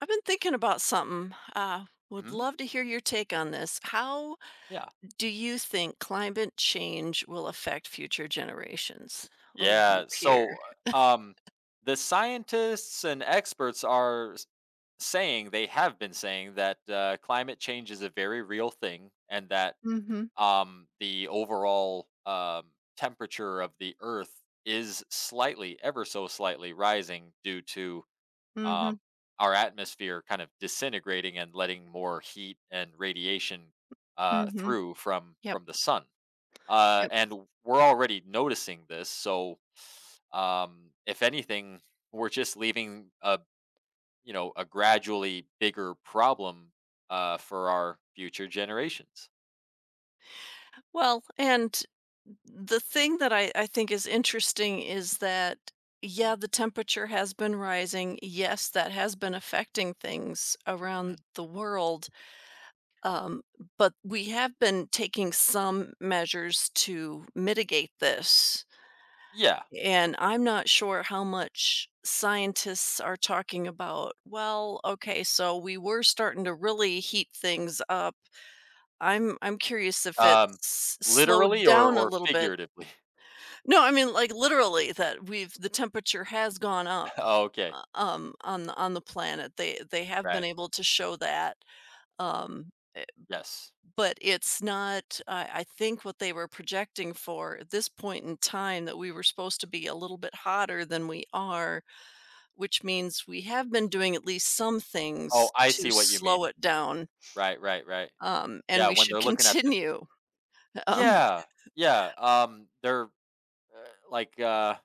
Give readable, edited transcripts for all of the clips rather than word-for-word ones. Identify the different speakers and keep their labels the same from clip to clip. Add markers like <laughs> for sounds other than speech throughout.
Speaker 1: I've been thinking about something. Would
Speaker 2: Mhm.
Speaker 1: love to hear your take on this. How
Speaker 2: Yeah.
Speaker 1: do you think climate change will affect future generations? A little
Speaker 2: Yeah.
Speaker 1: deep here.
Speaker 2: So, uh, um, the scientists and experts saying they have been saying that climate change is a very real thing, and that
Speaker 1: Mm-hmm.
Speaker 2: the overall temperature of the Earth is slightly, ever so slightly, rising due to um,
Speaker 1: Mm-hmm.
Speaker 2: our atmosphere kind of disintegrating and letting more heat and radiation
Speaker 1: Mm-hmm.
Speaker 2: through from
Speaker 1: Yep.
Speaker 2: from the sun. uh,
Speaker 1: Yep.
Speaker 2: and we're already noticing this. So if anything, we're just leaving a a gradually bigger problem for our future generations.
Speaker 1: Well, and the thing that I think is interesting is that,
Speaker 2: Mhm,
Speaker 1: yeah, the temperature has been rising. Yes, that has been affecting things
Speaker 2: mhm.
Speaker 1: around the world. Um, but we have been taking some measures to mitigate this,
Speaker 2: Yeah,
Speaker 1: and I'm not sure how much scientists are talking about, "Well, okay, so we were starting to really heat
Speaker 2: mm.
Speaker 1: things up." I'm curious if
Speaker 2: um,
Speaker 1: it's slowed
Speaker 2: Literally or
Speaker 1: down a
Speaker 2: or
Speaker 1: little bit.
Speaker 2: figuratively.
Speaker 1: No, I mean, like, literally that we've the temperature has gone up,
Speaker 2: <laughs> Okay,
Speaker 1: on the planet. They have been
Speaker 2: right.
Speaker 1: able to show that. um
Speaker 2: Yes.
Speaker 1: But it's not. I think what they were projecting for at this point in time that we were supposed to be a little bit hotter than we are, which means we have been
Speaker 2: Mm.
Speaker 1: doing at least some
Speaker 2: Oh,
Speaker 1: things
Speaker 2: I
Speaker 1: to
Speaker 2: see what you
Speaker 1: slow
Speaker 2: mean.
Speaker 1: it down,
Speaker 2: Right, right, right.
Speaker 1: and
Speaker 2: Yeah,
Speaker 1: we
Speaker 2: when
Speaker 1: should
Speaker 2: they're looking at the.
Speaker 1: continue. <laughs> Um
Speaker 2: Yeah, yeah. They're like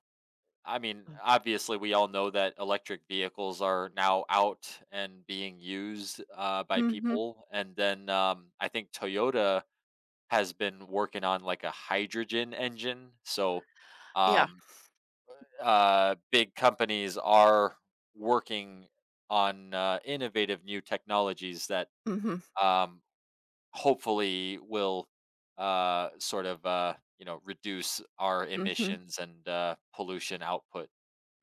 Speaker 2: I mean, obviously, we all know that electric vehicles are now out and being used by
Speaker 1: Mhm.
Speaker 2: people. And then I think Toyota has been working on like a hydrogen engine. So
Speaker 1: Yeah.
Speaker 2: um, big companies are working on innovative new technologies that
Speaker 1: Mhm.
Speaker 2: um, hopefully will reduce our
Speaker 1: Mhm.
Speaker 2: emissions and pollution output.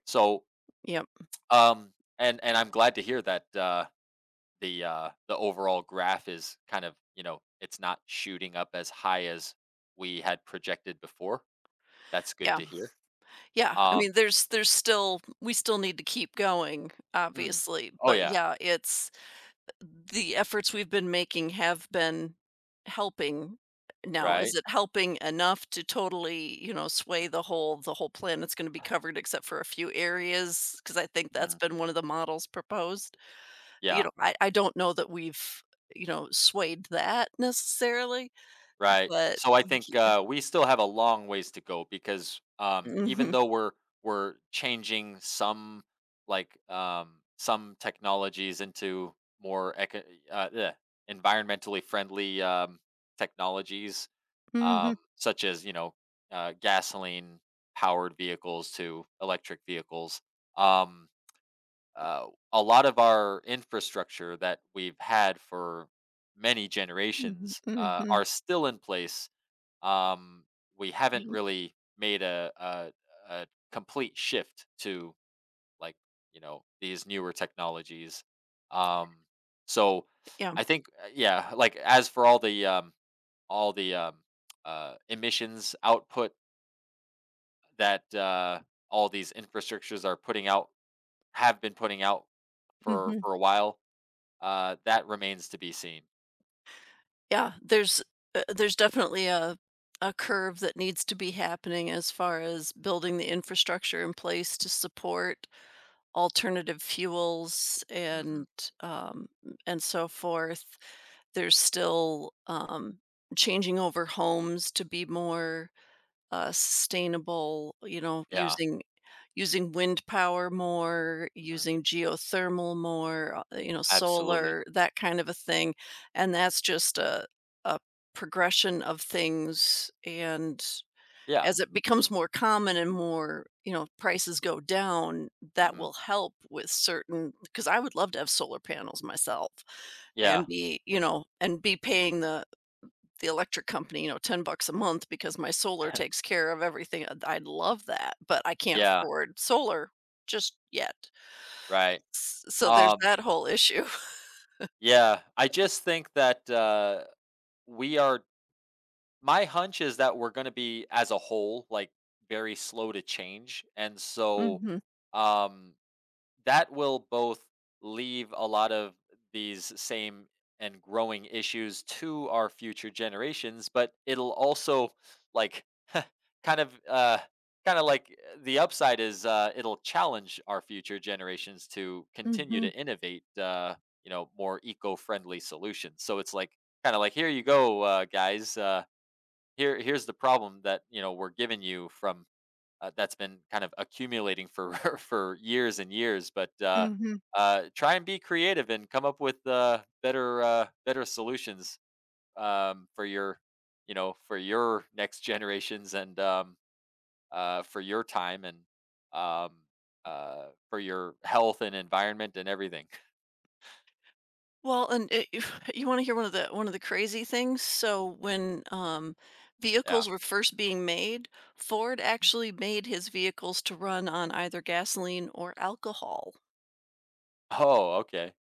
Speaker 2: So
Speaker 1: Yep.
Speaker 2: Um, and I'm glad to hear that the overall graph is kind of it's not shooting up as high as we had projected before. That's good
Speaker 1: Yeah.
Speaker 2: to hear.
Speaker 1: Yeah. I mean,
Speaker 2: Um,
Speaker 1: there's still we still need to keep going,
Speaker 2: mm,
Speaker 1: obviously,
Speaker 2: oh
Speaker 1: but
Speaker 2: yeah,
Speaker 1: yeah, it's. The efforts we've been making have been helping. Now, is
Speaker 2: right.
Speaker 1: it helping enough to totally, you know, sway the whole planet's gonna be covered except for a few areas? Because I think that's
Speaker 2: Mhm,
Speaker 1: been one of the models proposed. You
Speaker 2: yeah.
Speaker 1: know, I don't know that we've, you know, swayed that necessarily,
Speaker 2: Right.
Speaker 1: but
Speaker 2: So I think
Speaker 1: yeah.
Speaker 2: we still have a long ways to go because even
Speaker 1: Mhm.
Speaker 2: though we're changing some some technologies into more uh, eh, environmentally friendly technologies,
Speaker 1: Mhm,
Speaker 2: such as gasoline powered vehicles to electric vehicles, um, uh, a lot of our infrastructure that we've had for many
Speaker 1: mhm,
Speaker 2: generations
Speaker 1: mhm.
Speaker 2: are still in place, um, we haven't really made a complete shift to like these newer technologies. Um, so
Speaker 1: Yeah.
Speaker 2: I think yeah, like as for all the all the um, emissions output that all these infrastructures are putting out have been putting out for
Speaker 1: Mm-hmm.
Speaker 2: a while, that remains to be seen.
Speaker 1: Yeah, there's definitely a curve that needs to be happening as far as building the infrastructure in place to support alternative fuels
Speaker 2: Hmm.
Speaker 1: um, and so forth. There's still changing over homes to be more sustainable. You know,
Speaker 2: Yeah,
Speaker 1: using Using wind power more,
Speaker 2: mhm,
Speaker 1: using geothermal more, you know,
Speaker 2: absolutely.
Speaker 1: solar, that kind of a thing, and that's just a progression of things, and
Speaker 2: Yeah,
Speaker 1: as it becomes more common and more, you know, prices go down, that
Speaker 2: hmm,
Speaker 1: will help with certain. Because I would love to have solar panels myself
Speaker 2: yeah,
Speaker 1: and be, you know, and be paying the electric company, you know, 10 bucks a month because my solar takes
Speaker 2: <laughs>
Speaker 1: care of everything. I'd love that, but I can't
Speaker 2: yeah,
Speaker 1: afford solar just yet.
Speaker 2: right.
Speaker 1: So there's
Speaker 2: Um,
Speaker 1: that whole issue. <laughs>
Speaker 2: yeah, I just think that we are. My hunch is that we're going to be, as a whole, like very slow to change, and so
Speaker 1: Mhm.
Speaker 2: um, that will both leave a lot of these same and growing issues to our future generations, but it'll also like <laughs> kind of uh kind of like the upside is it'll challenge our future generations to continue to
Speaker 1: Mhm.
Speaker 2: innovate more eco-friendly solutions. So it's like kind of like here you go, guys, here's the problem that we're giving you from that's been kind of accumulating for <laughs> for years and years. But uh,
Speaker 1: Mhm.
Speaker 2: uh, try and be creative and come up with better solutions for your for your next generations, and for your time, and um, for your health and environment and everything. <laughs>
Speaker 1: Well, and it, <sighs> you want to hear one of the crazy things? So when
Speaker 2: Yeah.
Speaker 1: vehicles were first being made, Ford actually made his vehicles to run on either gasoline or alcohol.
Speaker 2: Oh, okay.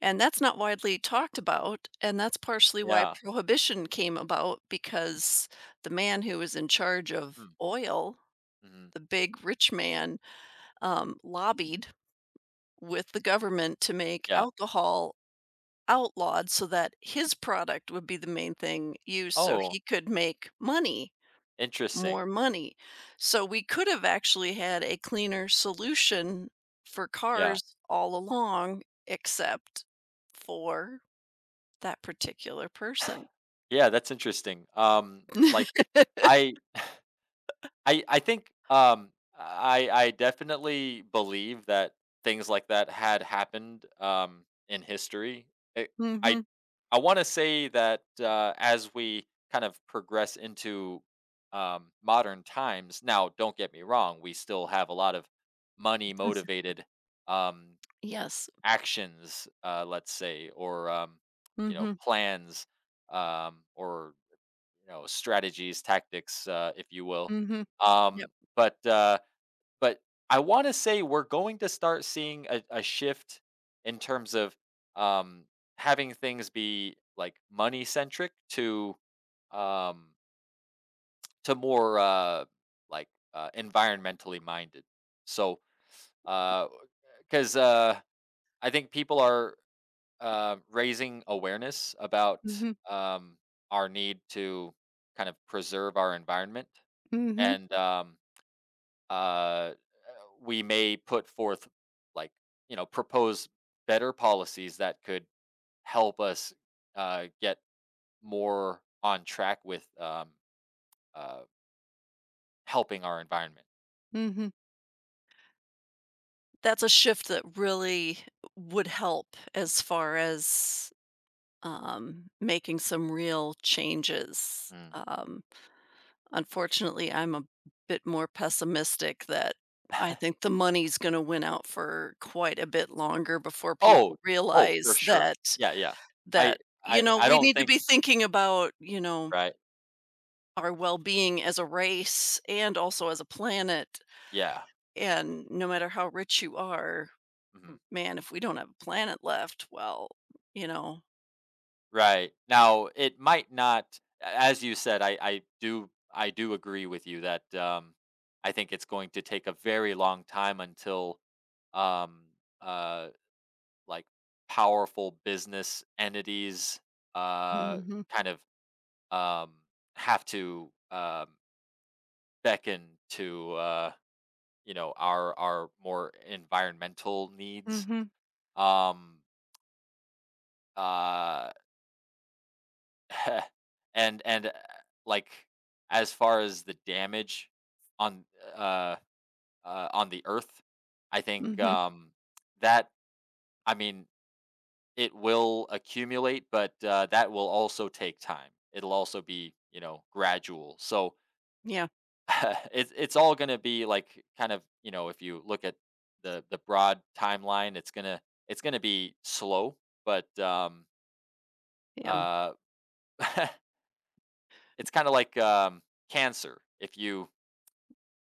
Speaker 1: And that's not widely talked about, and that's partially why
Speaker 2: Yeah.
Speaker 1: prohibition came about because the man who was in charge of
Speaker 2: Mm,
Speaker 1: oil,
Speaker 2: mhm.
Speaker 1: the big rich man, lobbied with the government to make
Speaker 2: Yeah.
Speaker 1: alcohol outlawed so that his product would be the main thing used so
Speaker 2: Oh,
Speaker 1: he could make money,
Speaker 2: interesting.
Speaker 1: more money. So we could have actually had a cleaner solution for
Speaker 2: Yeah.
Speaker 1: cars all along, except for. That particular person.
Speaker 2: Yeah, that's interesting. Like I
Speaker 1: <laughs>
Speaker 2: I think, I definitely believe that things like that had happened, in history. I I
Speaker 1: Mhm.
Speaker 2: I wanna say that, as we kind of progress into, modern times now, don't get me wrong, we still have a lot of money-motivated, um,
Speaker 1: Yes.
Speaker 2: actions, let's say, or,
Speaker 1: Mhm.
Speaker 2: plans, or, strategies, tactics, if you will.
Speaker 1: Mhm.
Speaker 2: Um,
Speaker 1: Yep.
Speaker 2: but uh, but I want to say we're going to start seeing a shift in terms of um, having things be like money centric to um, more environmentally minded. So because 'cause, uh, I think people are raising awareness about
Speaker 1: Mhm.
Speaker 2: our need to kind of preserve our environment,
Speaker 1: Mhm.
Speaker 2: and uh, we may put forth like propose better policies that could help us get more on track with uh, helping our environment.
Speaker 1: Mm. That's a shift that really would help as far as, making some real changes.
Speaker 2: Mm.
Speaker 1: Unfortunately, I'm a bit more pessimistic that I
Speaker 2: <laughs>
Speaker 1: think the money's gonna win out for quite a bit longer before
Speaker 2: Oh,
Speaker 1: people
Speaker 2: oh, for
Speaker 1: realize
Speaker 2: sure.
Speaker 1: that
Speaker 2: Yeah, yeah. I,
Speaker 1: that, you know,
Speaker 2: I
Speaker 1: we
Speaker 2: don't
Speaker 1: need to
Speaker 2: think
Speaker 1: be thinking about, you know,
Speaker 2: right.
Speaker 1: our well-being as a race and also as a planet.
Speaker 2: Yeah.
Speaker 1: And no matter how rich you are,
Speaker 2: Mhm.
Speaker 1: man, if we don't have a planet left, well, you know.
Speaker 2: Right. Now, it might not As you said, I do agree with you that I think it's going to take a very long time until um uh like powerful business entities uh
Speaker 1: Hmm.
Speaker 2: kind of um have to beckon to our more environmental needs.
Speaker 1: Hmm.
Speaker 2: Um uh <laughs> And and, uh, like, as far as the damage on, uh, on the Earth, I think,
Speaker 1: Hmm.
Speaker 2: that I mean, it will accumulate, but, that will also take time. It'll also be, you know, gradual. So,
Speaker 1: Yeah,
Speaker 2: <laughs> it's all gonna be, like, kind of you know, if you look at the broad timeline, it's gonna be slow, but,
Speaker 1: yeah,
Speaker 2: uh, <laughs> it's kinda like, cancer. If you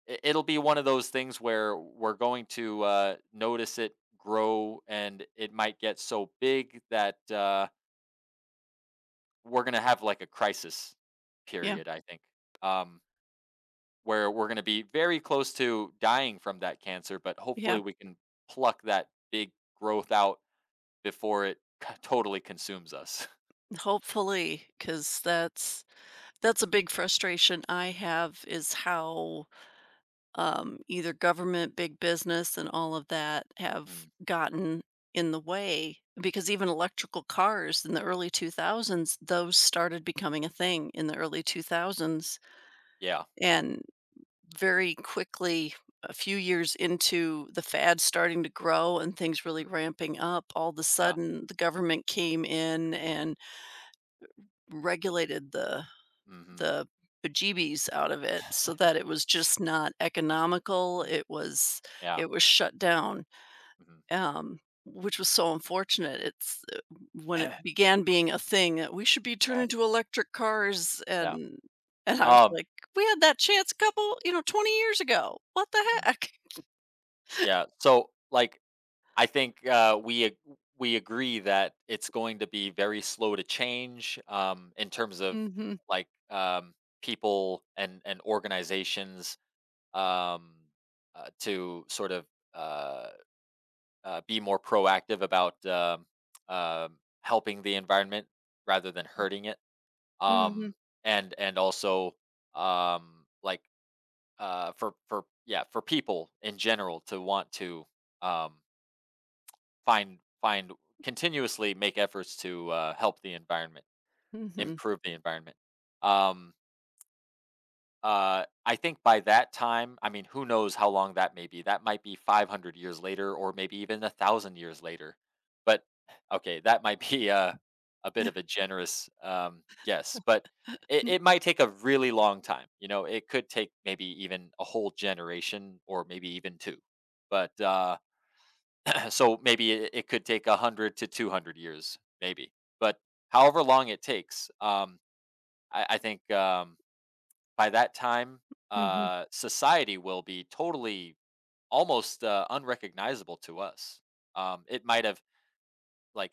Speaker 2: It'll be one of those things where we're going to notice it grow, and it might get so big that we're going to have like a crisis
Speaker 1: yeah,
Speaker 2: period, I think, um, where we're going to be very close to dying from that cancer, but hopefully
Speaker 1: yeah.
Speaker 2: we can pluck that big growth out before it totally consumes us. <laughs>
Speaker 1: Hopefully, because that's a big frustration I have is how either government, big business, and all of that have
Speaker 2: Mm,
Speaker 1: gotten in the way because even electrical cars in the early 2000s, those started becoming a thing in the early 2000s.
Speaker 2: yeah,
Speaker 1: And very quickly, a few years into the fad starting to grow and things really ramping up, all of a
Speaker 2: yeah,
Speaker 1: sudden the government came in and regulated
Speaker 2: hmm,
Speaker 1: the bejeebies out of it so that it was just not economical.
Speaker 2: yeah,
Speaker 1: It was shut down,
Speaker 2: mhm.
Speaker 1: um, which was so unfortunate. It's when it began being a thing that we should be turning to electric cars
Speaker 2: <clears throat> Yeah,
Speaker 1: and I was
Speaker 2: um
Speaker 1: like, we had that chance a couple, you know, 20 years ago. What the
Speaker 2: mhm.
Speaker 1: heck? <laughs>
Speaker 2: Yeah, so like I think, we agree that it's going to be very slow to change, in terms of,
Speaker 1: Mhm.
Speaker 2: like, um, people and organizations, um, to sort of, uh, be more proactive about, helping the environment rather than hurting it, um,
Speaker 1: Mhm.
Speaker 2: and also, um, like, for yeah, for people in general to want to, um find continuously make efforts to, help the environment,
Speaker 1: Mhm.
Speaker 2: improve the environment. Um, I think by that time, I mean, who knows how long that may be. That might be 500 years later or maybe even 1,000 years later. But, okay, that might be a bit of a generous, guess, but it might take a really long time, you know? It could take maybe even a whole generation or maybe even two. But, uh So maybe it, it could take 100 to 200 years, maybe. But however long it takes, I think by that time,
Speaker 1: Mhm. Mhm.
Speaker 2: society will be totally almost unrecognizable to us. It might have like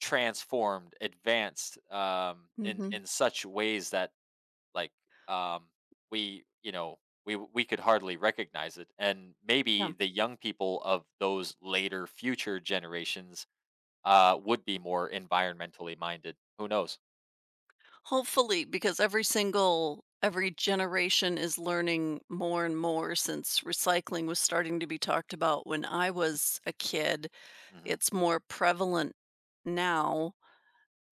Speaker 2: transformed, advanced
Speaker 1: Mhm.
Speaker 2: in such ways that like um, we we could hardly recognize it, and maybe
Speaker 1: Yeah.
Speaker 2: the young people of those later future generations would be more environmentally minded. Who knows?
Speaker 1: Hopefully, because every single every generation is learning more and more since recycling was starting to be talked about when I was a kid.
Speaker 2: Mhm.
Speaker 1: It's more prevalent now,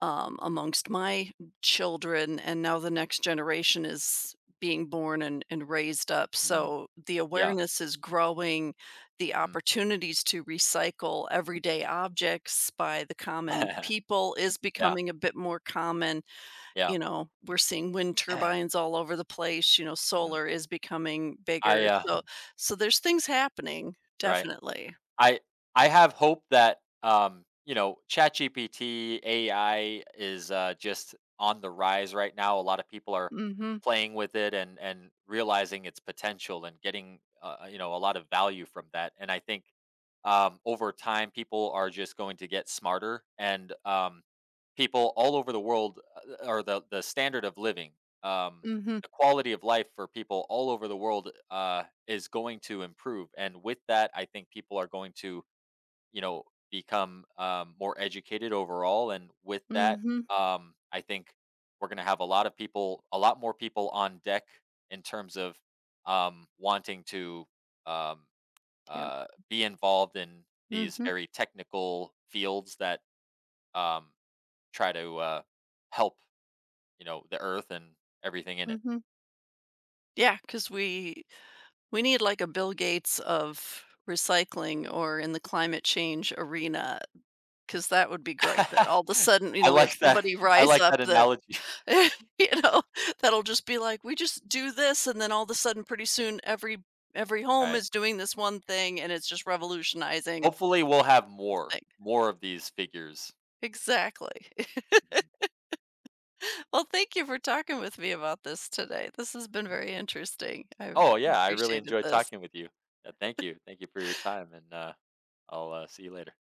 Speaker 1: amongst my children, and now the next generation is being born and raised up.
Speaker 2: Mm.
Speaker 1: So the
Speaker 2: Yeah.
Speaker 1: awareness is growing, the
Speaker 2: Mhm.
Speaker 1: opportunities to recycle everyday objects by the common
Speaker 2: <laughs>
Speaker 1: people is
Speaker 2: Yeah.
Speaker 1: becoming a bit more common.
Speaker 2: Yeah.
Speaker 1: You know, we're seeing wind turbines
Speaker 2: <clears throat>
Speaker 1: all over the place, you know,
Speaker 2: Mhm.
Speaker 1: solar is becoming
Speaker 2: I,
Speaker 1: bigger.
Speaker 2: uh
Speaker 1: So so there's things happening,
Speaker 2: Right.
Speaker 1: definitely.
Speaker 2: I I have hope that you know, ChatGPT AI is just on the rise right now. A lot of people are
Speaker 1: Mm.
Speaker 2: playing with it, and realizing its potential, and getting you know, a lot of value from that. And I think over time, people are just going to get smarter, and people all over the world are the standard of living. Um,
Speaker 1: Mhm. Mhm.
Speaker 2: the quality of life for people all over the world is going to improve. And with that, I think people are going to, you know, become more educated overall. And with that,
Speaker 1: Mhm.
Speaker 2: I think we're going to have a lot of people, a lot more people on deck in terms of wanting to um,
Speaker 1: Yep.
Speaker 2: be involved in
Speaker 1: Mm.
Speaker 2: these
Speaker 1: Mhm.
Speaker 2: very technical fields that um, try to help, you know, the earth and everything in it.
Speaker 1: Mhm. Because we we need like a Bill Gates of recycling or in the climate change arena, because that would be great that all of
Speaker 2: <laughs>
Speaker 1: a sudden, you
Speaker 2: I
Speaker 1: know, we have
Speaker 2: like that.
Speaker 1: somebody <laughs>
Speaker 2: I
Speaker 1: rise
Speaker 2: like
Speaker 1: up
Speaker 2: that
Speaker 1: that
Speaker 2: analogy.
Speaker 1: <laughs> you know, that'll just be like, "We just do this," and then all of a sudden, pretty soon, every
Speaker 2: <laughs> All
Speaker 1: home
Speaker 2: right.
Speaker 1: is doing this one thing, and it's just revolutionizing
Speaker 2: Hopefully, we'll have more
Speaker 1: thing.
Speaker 2: of these figures.
Speaker 1: Exactly. <laughs>
Speaker 2: Mhm.
Speaker 1: Well, thank you for talking with me about this today. This has been very interesting. I've
Speaker 2: Oh, yeah, I really
Speaker 1: appreciated
Speaker 2: enjoyed
Speaker 1: this.
Speaker 2: talking with you. Thank you. Thank you for your time, and, I'll see you later.